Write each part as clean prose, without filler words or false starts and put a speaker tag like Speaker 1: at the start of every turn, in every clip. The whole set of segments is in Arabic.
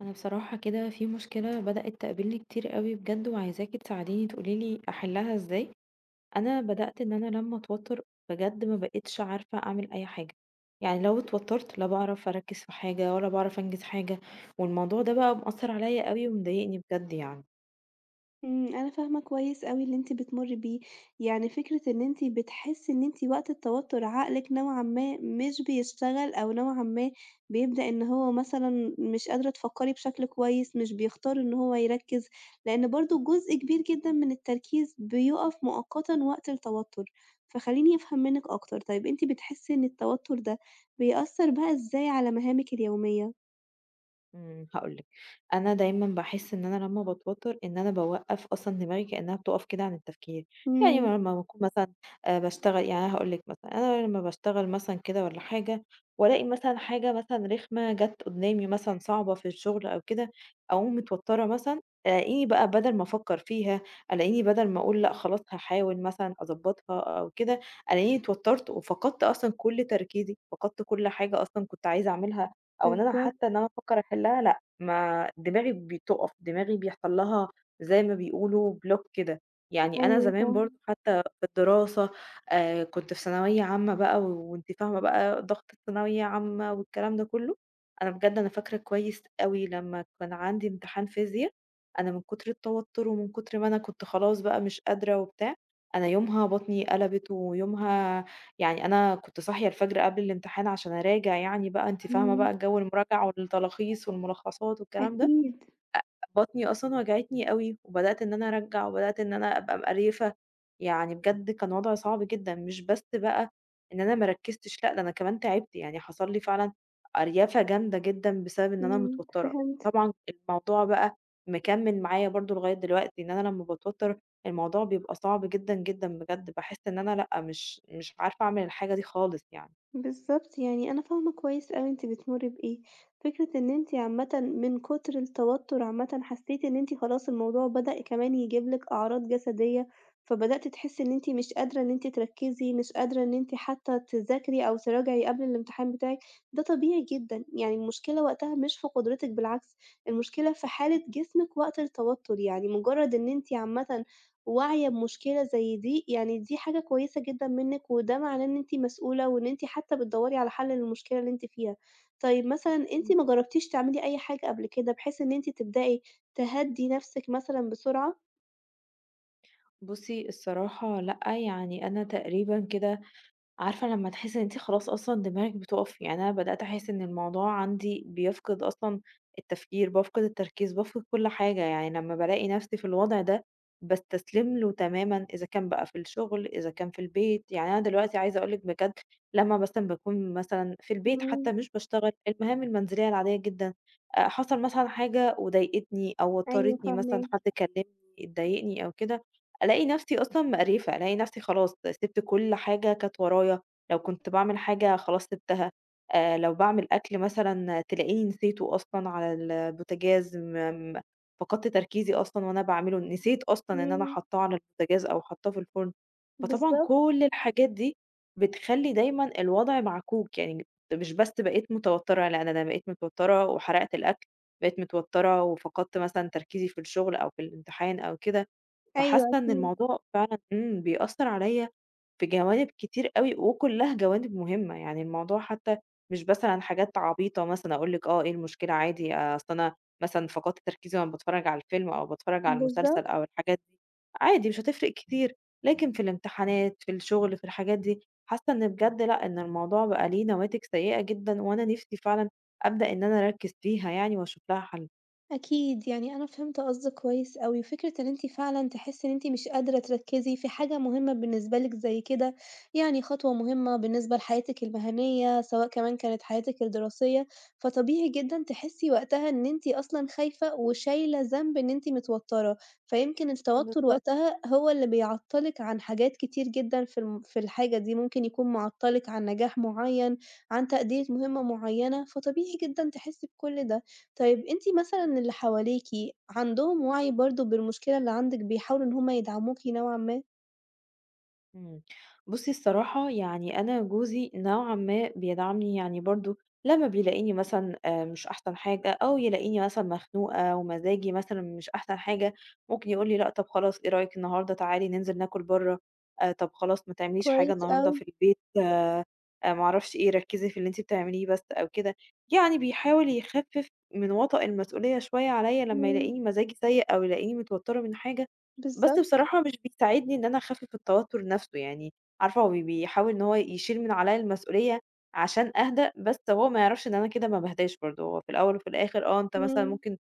Speaker 1: انا بصراحة كده في مشكلة بدأت تقابلني كتير قوي بجد وعايزاكي تساعديني تقوليلي احلها ازاي؟ انا بدأت ان انا لما اتوتر بجد ما بقتش عارفة اعمل اي حاجة. يعني لو اتوترت لا بعرف اركز في حاجة ولا بعرف انجز حاجة. والموضوع ده بقى مأثر عليا قوي ومضايقني بجد يعني.
Speaker 2: أنا فاهمة كويس أوي اللي أنتِ بتمُرّي بيه، يعني فكرة إن أنتِ بتحسّي إن أنتِ وقت التوتُّر عقلِك نوعًا ما مش بيشتغل أو نوعًا ما بيبدأ إن هو مثلًا مش قادرة تفكّري بشكل كويس، مش بيختار إن هو يركّز، لإن برضه جزء كبير جدًا من التركيز بيُقف مؤقتًا وقت التوتُّر، فخلّيني أفهم منِّك أكتر، طيب أنتِ بتحسّي إن التوتُّر ده بيأثّر بقى إزاي على مهامِك اليومية؟
Speaker 1: هاقول لِك، أنا دايمًا باحس إن أنا لمّا باتوتر إن أنا باوقّف أصلًا دماغي كأنها بتقف كده عن التفكير، يعني
Speaker 2: إمم،
Speaker 1: أنا لمّا باكون مثلًا باشتغل يعني أنا هاقول لِك مثلًا، أنا لمّا باشتغل مثلًا كده والّا حاجة وألاقي مثلًا حاجة مثلًا رخمة جات قدّامي مثلًا صعبة في الشغل أو كده، أقوم متوترة مثلًا، ألاقيني بقى بدل ما أفكّر فيها، ألاقيني بدل ما أقول لأ خلاص هاحاول مثلًا أضبّطها أو كده، ألاقيني اتوترت وفقدت أصلًا كل تركيزي، فقدت كل حاجة أصلًا كنت عايزة أعملها أو إن أنا حتى
Speaker 2: بالضبط،
Speaker 1: إن أنا أفكّر أحلّها لأ، ما دماغي بتُقف، دماغي بيحصل لها زي ما بيقولوا block كده، يعني أنا
Speaker 2: أيوه
Speaker 1: زمان
Speaker 2: فاهمة،
Speaker 1: برضه حتى في الدراسة كنت في ثانوية عامة بقى وأنتِ فاهمة بقى ضغط الثانوية عامة والكلام ده كلّه، أنا بجد أنا فاكرة كويس أوي لمّا كان عندي امتحان فيزيا، أنا من كتر التوتُّر ومن كتر ما أنا كنت خلاص بقى مش قادرة وبتاع، أنا يومها بطني قلبِت ويومها يعني أنا كنت صاحية الفجر قبل الامتحان عشان أراجع يعني بقى أنتِ فاهمة
Speaker 2: إمم،
Speaker 1: بقى جو المراجعة والتلخيص والملخصات والكلام ده.
Speaker 2: أكيد.
Speaker 1: بطني أصلًا وجعتني أوي، وبدأت إن أنا أرجّع، وبدأت إن أنا أبقى مقريفة، يعني بجد كان وضع صعب جدًا، مش بس بقى إن أنا ما ركّزتش، لأ ده أنا كمان تعبت، يعني حصل لي فعلًا أريَفة جامدة جدًا بسبب إن أنا
Speaker 2: إمم،
Speaker 1: متوترة،
Speaker 2: فهمتِك،
Speaker 1: طبعًا الموضوع بقى مكمّل معايا برضه لغاية دلوقتي، إن أنا لمّا باتوتر الموضوع بيبقى صعب جدًا، جدًا بجد، باحس إن أنا لأ مش عارفة أعمل الحاجة دي خالص يعني.
Speaker 2: بالضبط، يعني أنا فاهمة كويس أوي أنتِ بتمُرّي بإيه، فكرة إن أنتِ عامةً من كتر التوتُّر عامةً حسّيتِ إن أنتِ خلاص الموضوع بدأ كمان يجيب لِك أعراض جسدية، فبدأتِ تحسّي إن أنتِ مش قادرة إن أنتِ تركّزي، مش قادرة إن أنتِ حتى تذاكري أو تراجعي قبل الامتحان بتاعِك، ده طبيعي جدًا، يعني المشكلة وقتها مش في قدرتِك بالعكس، المشكلة في حالة جسمِك وقت التوتُّر، يعني مجرّد إن أنتِ عامةً واعية بمشكلة زي دي، يعني دي حاجة كويسة جدًا منِّك، وده معناه إن أنتِ مسؤولة، وإن أنتِ حتى بتدوّري على حل للمشكلة اللي أنتِ فيها. طيب مثلًا أنتِ
Speaker 1: إمم.
Speaker 2: ما جربتيش تعملي أي حاجة قبل كده، بحيث إن أنتِ تبدئي تهدّي نفسِك مثلًا بسرعة؟
Speaker 1: بُصّي الصراحة لأ، يعني أنا تقريبًا كده عارفة لمّا تحسّي إن أنتِ خلاص أصلًا دماغِك بتُقف، يعني أنا بدأت أحس إن الموضوع عندي بيفقد أصلًا التفكير، بافقد التركيز، بافقد كل حاجة، يعني لمّا بالاقي نَفْسي في الوضع ده باستسلم له تمامًا، إذا كان بقى في الشغل، إذا كان في البيت، يعني أنا دلوقتي عايزة أقول لِك بجد لمّا مثلًا باكون مثلًا في البيت
Speaker 2: إمم،
Speaker 1: حتى مش باشتغل، المهام المنزلية العادية جدًا، حصل مثلًا حاجة وضايقتني أو
Speaker 2: أيوه
Speaker 1: وتّرتني مثلًا،
Speaker 2: فاهماكِ،
Speaker 1: حد كلّمني اتضايقني أو كده، ألاقي نفسي أصلًا مقريفة، ألاقي نفسي خلاص سِبت كل حاجة كانت ورايا، لو كنت باعمل حاجة خلاص سِبتها، لو باعمل أكل مثلًا تلاقيني نسيته أصلًا على البوتاجاز، م م فقدت تركيزي أصلًا وأنا باعمله، نسيت أصلًا إن أنا
Speaker 2: إمم،
Speaker 1: حاطاه على البوتاجاز أو حاطاه في الفرن، فطبعًا
Speaker 2: بالضبط،
Speaker 1: كل الحاجات دي بتخلّي دايمًا الوضع معكوك، يعني مش بس بقيت متوترة، لأ ده أنا بقيت متوترة وحرقت الأكل، بقيت متوترة وفقدت مثلًا تركيزي في الشغل أو في الامتحان أو كده،
Speaker 2: أيوه
Speaker 1: فحاسة إن
Speaker 2: أكيد،
Speaker 1: الموضوع فعلًا بيأثّر عليَّ في جوانب كتير أوي وكلّها جوانب مهمة، يعني الموضوع حتى مش مثلًا حاجات عبيطة مثلًا أقول لِك آه، إيه المشكلة عادي آه، أصل أنا مثلًا فقدت تركيزي وأنا باتفرّج على الفيلم أو باتفرّج على المسلسل
Speaker 2: بالضبط.
Speaker 1: أو الحاجات دي، عادي مش هتفرق كتير، لكن في الامتحانات، في الشغل، في الحاجات دي، حاسة إن بجد لأ، إن الموضوع بقى ليه نواتج سيئة جدًا وأنا نِفْسي فعلًا أبدأ إن أنا أركّز فيها يعني وأشوف لها حَل.
Speaker 2: أكيد، يعني أنا فهمت قصدِك كويس أوي، وفكرة إن أنتِ فعلًا تحسّي إن أنتِ مش قادرة تركّزي في حاجة مهمة بالنسبة لِك زي كده، يعني خطوة مهمة بالنسبة لحياتِك المهنية، سواء كمان كانت حياتِك الدراسية، فطبيعي جدًا تحسّي وقتها إن أنتِ أصلًا خايفة وشايلة ذنب إن أنتِ متوتّرة، فيمكن التوتر
Speaker 1: بالضبط.
Speaker 2: وقتها هو اللي بيعطّلِك عن حاجات كتير جدًا في الحاجة دي، ممكن يكون معطّلِك عن نجاح معيّن، عن تأدية مهمة معيّنة، فطبيعي جدًا تحسّي بكل ده. طيب أنتِ مثلًا اللي حواليكِ عندهم وعي برضه بالمشكلة اللي عندِك، بيحاولوا إن هُم يدعموكِ نوعًا ما؟
Speaker 1: إمم. بُصّي الصراحة يعني أنا جوزي نوعًا ما بيدعمني، يعني برضه لمّا بيلاقيني مثلًا مش أحسن حاجة أو يلاقيني مثلًا مخنوقة ومزاجي مثلًا مش أحسن حاجة، ممكن يقول لي: "لأ طب خلاص إيه رأيِك النهارده تعالي ننزل ناكل برّه، طب خلاص ما تعمليش حاجة
Speaker 2: كويس
Speaker 1: النهارده
Speaker 2: أوي،
Speaker 1: في البيت ما أعرفش إيه، ركّزي في اللي أنتِ بتعمليه بس." أو كده. يعني بيحاول يخفِّف من وَطَأ المسؤولية شوية عليّا لمّا
Speaker 2: إمم،
Speaker 1: يلاقيني مزاجي سيء أو يلاقيني متوتّرة من حاجة، بس
Speaker 2: بالضبط،
Speaker 1: بصراحة مش بيساعدني إن أنا أخفِّف التوتُّر نَفْسه، يعني عارفة هو بيحاول إن هو يشيل من عليّا المسؤولية عشان أهدأ، بس هو ما يعرفش إن أنا كده ما باهداش برضه، هو في الأول وفي الآخر آه، أنت مثلًا
Speaker 2: إمم.
Speaker 1: ممكن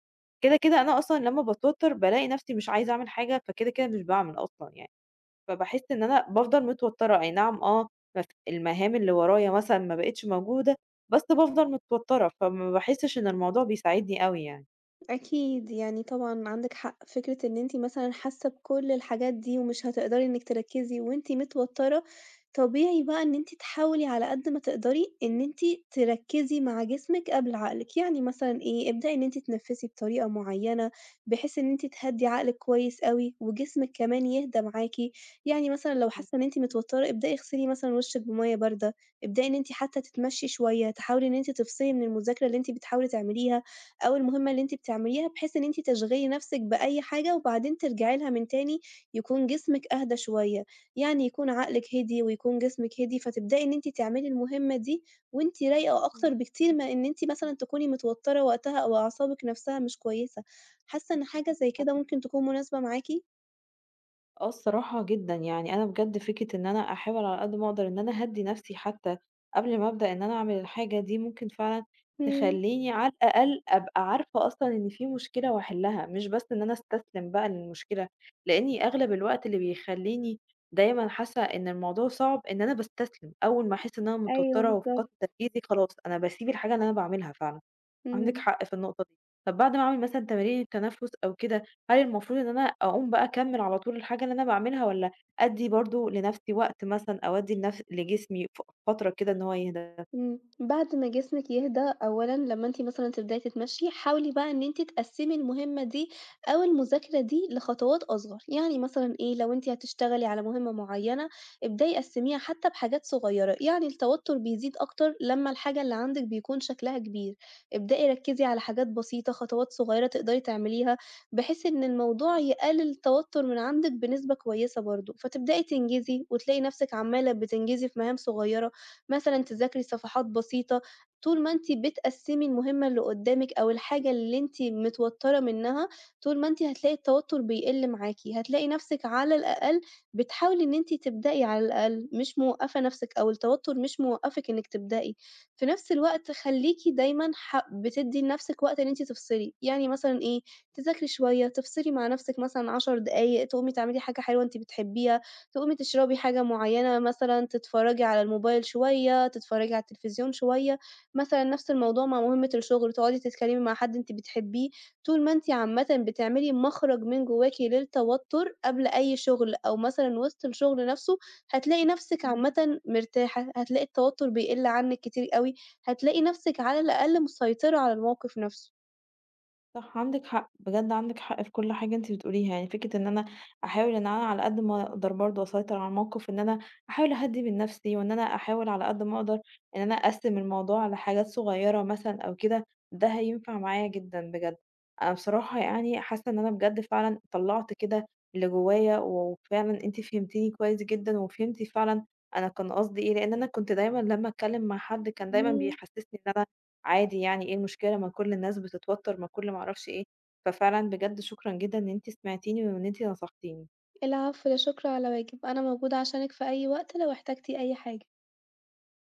Speaker 1: كده، أنا أصلًا لمّا باتوتَّر بالاقي نَفْسي مش عايزة أعمل حاجة، فكده، مش باعمل أصلًا يعني، فباحس إن أنا بافضل متوتَّرة، أي نعم آه، بس المهام اللي ورايا مثلًا ما بقِتش موجودة، بس بافضل متوتَّرة، فما باحسّش إن الموضوع بيساعدني أوي يعني.
Speaker 2: أكيد، يعني طبعًا عندِك حق، فكرة إن أنتِ مثلًا حاسة بكل الحاجات دي ومش هتقدري إنِك تركّزي وأنتِ متوترة، طبيعي بقى إن أنتِ تحاولي على قد ما تقدري إن أنتِ تركّزي مع جسمِك قبل عقلِك، يعني مثلًا إيه، ابدئي إن أنتِ تتنفسي بطريقة معينة بحيث إن أنتِ تهدّي عقلِك كويس أوي، وجسمِك كمان يهدى معاكِ، يعني مثلًا لو
Speaker 1: إمم،
Speaker 2: حاسة إن أنتِ متوترة ابدئي اغسلي مثلًا وشِك بمَيّة باردة، ابدئي إن أنتِ حتى تتمشي شوية، تحاولي إن أنتِ تفصلي من المذاكرة اللي أنتِ بتحاولي تعمليها. أو المهمة اللي أنتِ بتعمليها، بحيث إن أنتِ تشغلي نفسِك بأي حاجة وبعدين ترجعي لها من تاني، يكون جسمِك أهدى شوية، يعني يكون عقلِك هدي ويكون جسمِك هدي، فتبدئي إن أنتِ تعملي المهمة دي وأنتِ رايقة
Speaker 1: إمم.
Speaker 2: أكتر بكتير ما إن أنتِ مثلًا تكوني متوترة وقتها أو أعصابِك نفسها مش كويسة. حاسة إن حاجة زي كده
Speaker 1: فاهماكِ.
Speaker 2: ممكن تكون مناسبة معاكِ؟
Speaker 1: آه الصراحة جدًا، يعني أنا بجد فكرة إن أنا أحاول على قد ما أقدر إن أنا أهدّي نَفْسي حتى قبل ما أبدأ إن أنا أعمل الحاجة دي، ممكن فعلًا
Speaker 2: إمم،
Speaker 1: تخلّيني على الأقل أبقى عارفة أصلًا إن في مشكلة وأحلّها، مش بس إن أنا أستسلم بقى للمشكلة، لإني أغلب الوقت اللي بيخلّيني دايمًا حاسة إن الموضوع صعب إن أنا باستسلم، أول ما أحس إن أنا
Speaker 2: أيوه
Speaker 1: متوترة وفقدت
Speaker 2: بالضبط،
Speaker 1: تركيزي خلاص أنا باسيب الحاجة اللي أنا باعملها فعلًا. عندِك
Speaker 2: إمم.
Speaker 1: حق في النقطة دي. طب بعد ما أعمل مثلًا تمارين التنفس أو كده، هل المفروض إن أنا أقوم بقى أكمّل على طول الحاجة اللي أنا باعملها والّا أدّي برضه لنفسي وقت مثلًا أو أدّي لجسمي فترة كده إن هو يهدى؟
Speaker 2: بعد ما جسمِك يهدى أولًا لمّا أنتِ مثلًا تبدئي تتمشي، حاولي بقى إن أنتِ تقسّمي المهمة دي أو المذاكرة دي لخطوات أصغر، يعني مثلًا إيه، لو أنتِ هتشتغلي على مهمة معيّنة ابدئي قسّميها حتى بحاجات صغيّرة، يعني التوتر بيزيد أكتر لمّا الحاجة اللي عندِك بيكون شكلها كبير، ابدئي ركّزي على حاجات بسيطة، خطوات صغيّرة تقدري تعمليها، بحيث إن الموضوع يقلل التوتر من عندِك بنسبة كويسة برضه، فتبدئي تنجزي وتلاقي نفْسِك عمّالة بتنجزي في مهام صغيّرة. مثلًا تذاكري صفحات بسيطة، طول ما أنتِ بتقسّمي المهمة اللي قدّامِك أو الحاجة اللي أنتِ متوتّرة منّها، طول ما أنتِ هتلاقي التوتّر بيقِل معاكِ، هتلاقي نَفْسِك على الأقل بتحاولي إن أنتِ تبدئي على الأقل، مش موقّفة نَفْسِك أو التوتّر مش موقّفِك إنِّك تبدئي، في نَفْس الوقت خلّيكِ دايمًا بتدّي لنَفْسِك وقت إن أنتِ تفصلي، يعني مثلًا إيه، تذاكري شوية، تفصلي مع نَفْسِك مثلًا 10 دقايق، تقومي تعملي حاجة حلوة أنتِ بتحبيها. تقومي تشربي حاجة معيّنة مثلًا، تتفرّجي على الموبايل شوية، تتفرّجي على التلفزيون شوية، مثلًا نفْس الموضوع مع مهمة الشغل، تقعدي تتكلمي مع حد أنتِ بتحبيه، طول ما أنتِ عامةً بتعملي مخرج من جواكِ للتوتر قبل أي شغل أو مثلًا وسط الشغل نفْسه، هتلاقي نفْسِك عامةً مرتاحة، هتلاقي التوتر بيقل عنِّك كتير أوي، هتلاقي نفْسِك على الأقل مسيطرة على الموقف نفْسه.
Speaker 1: صح، عندِك حق، بجد عندِك حق في كل حاجة أنتِ بتقوليها، يعني فكرة إن أنا أحاول إن أنا على قد ما أقدر برضه أسيطر على الموقف، إن أنا أحاول أهدّي من نفسي، وإن أنا أحاول على قد ما أقدر إن أنا أقسّم الموضوع لحاجات صغيرة مثلًا أو كده، ده هينفع معايا جدًا بجد. أنا بصراحة يعني حاسة إن أنا بجد فعلًا طلّعت كده اللي جوايا، وفعلًا أنتِ فهمتيني كويس جدًا، وفهمتِ فعلًا أنا كان قصدي إيه، لإن أنا كنت دايمًا لمّا أتكلم مع حد كان دايمًا
Speaker 2: إمم،
Speaker 1: بيحسسني إن أنا عادي يعني إيه المشكلة ما كل الناس بتتوتر، ما أعرفش إيه، ففعلًا بجد شكرًا جدًا إن أنتِ سمعتيني وإن أنتِ نصحتيني.
Speaker 2: العفو، لا شكر على واجب، أنا موجودة عشانِك في أي وقت لو احتجتِ أي حاجة.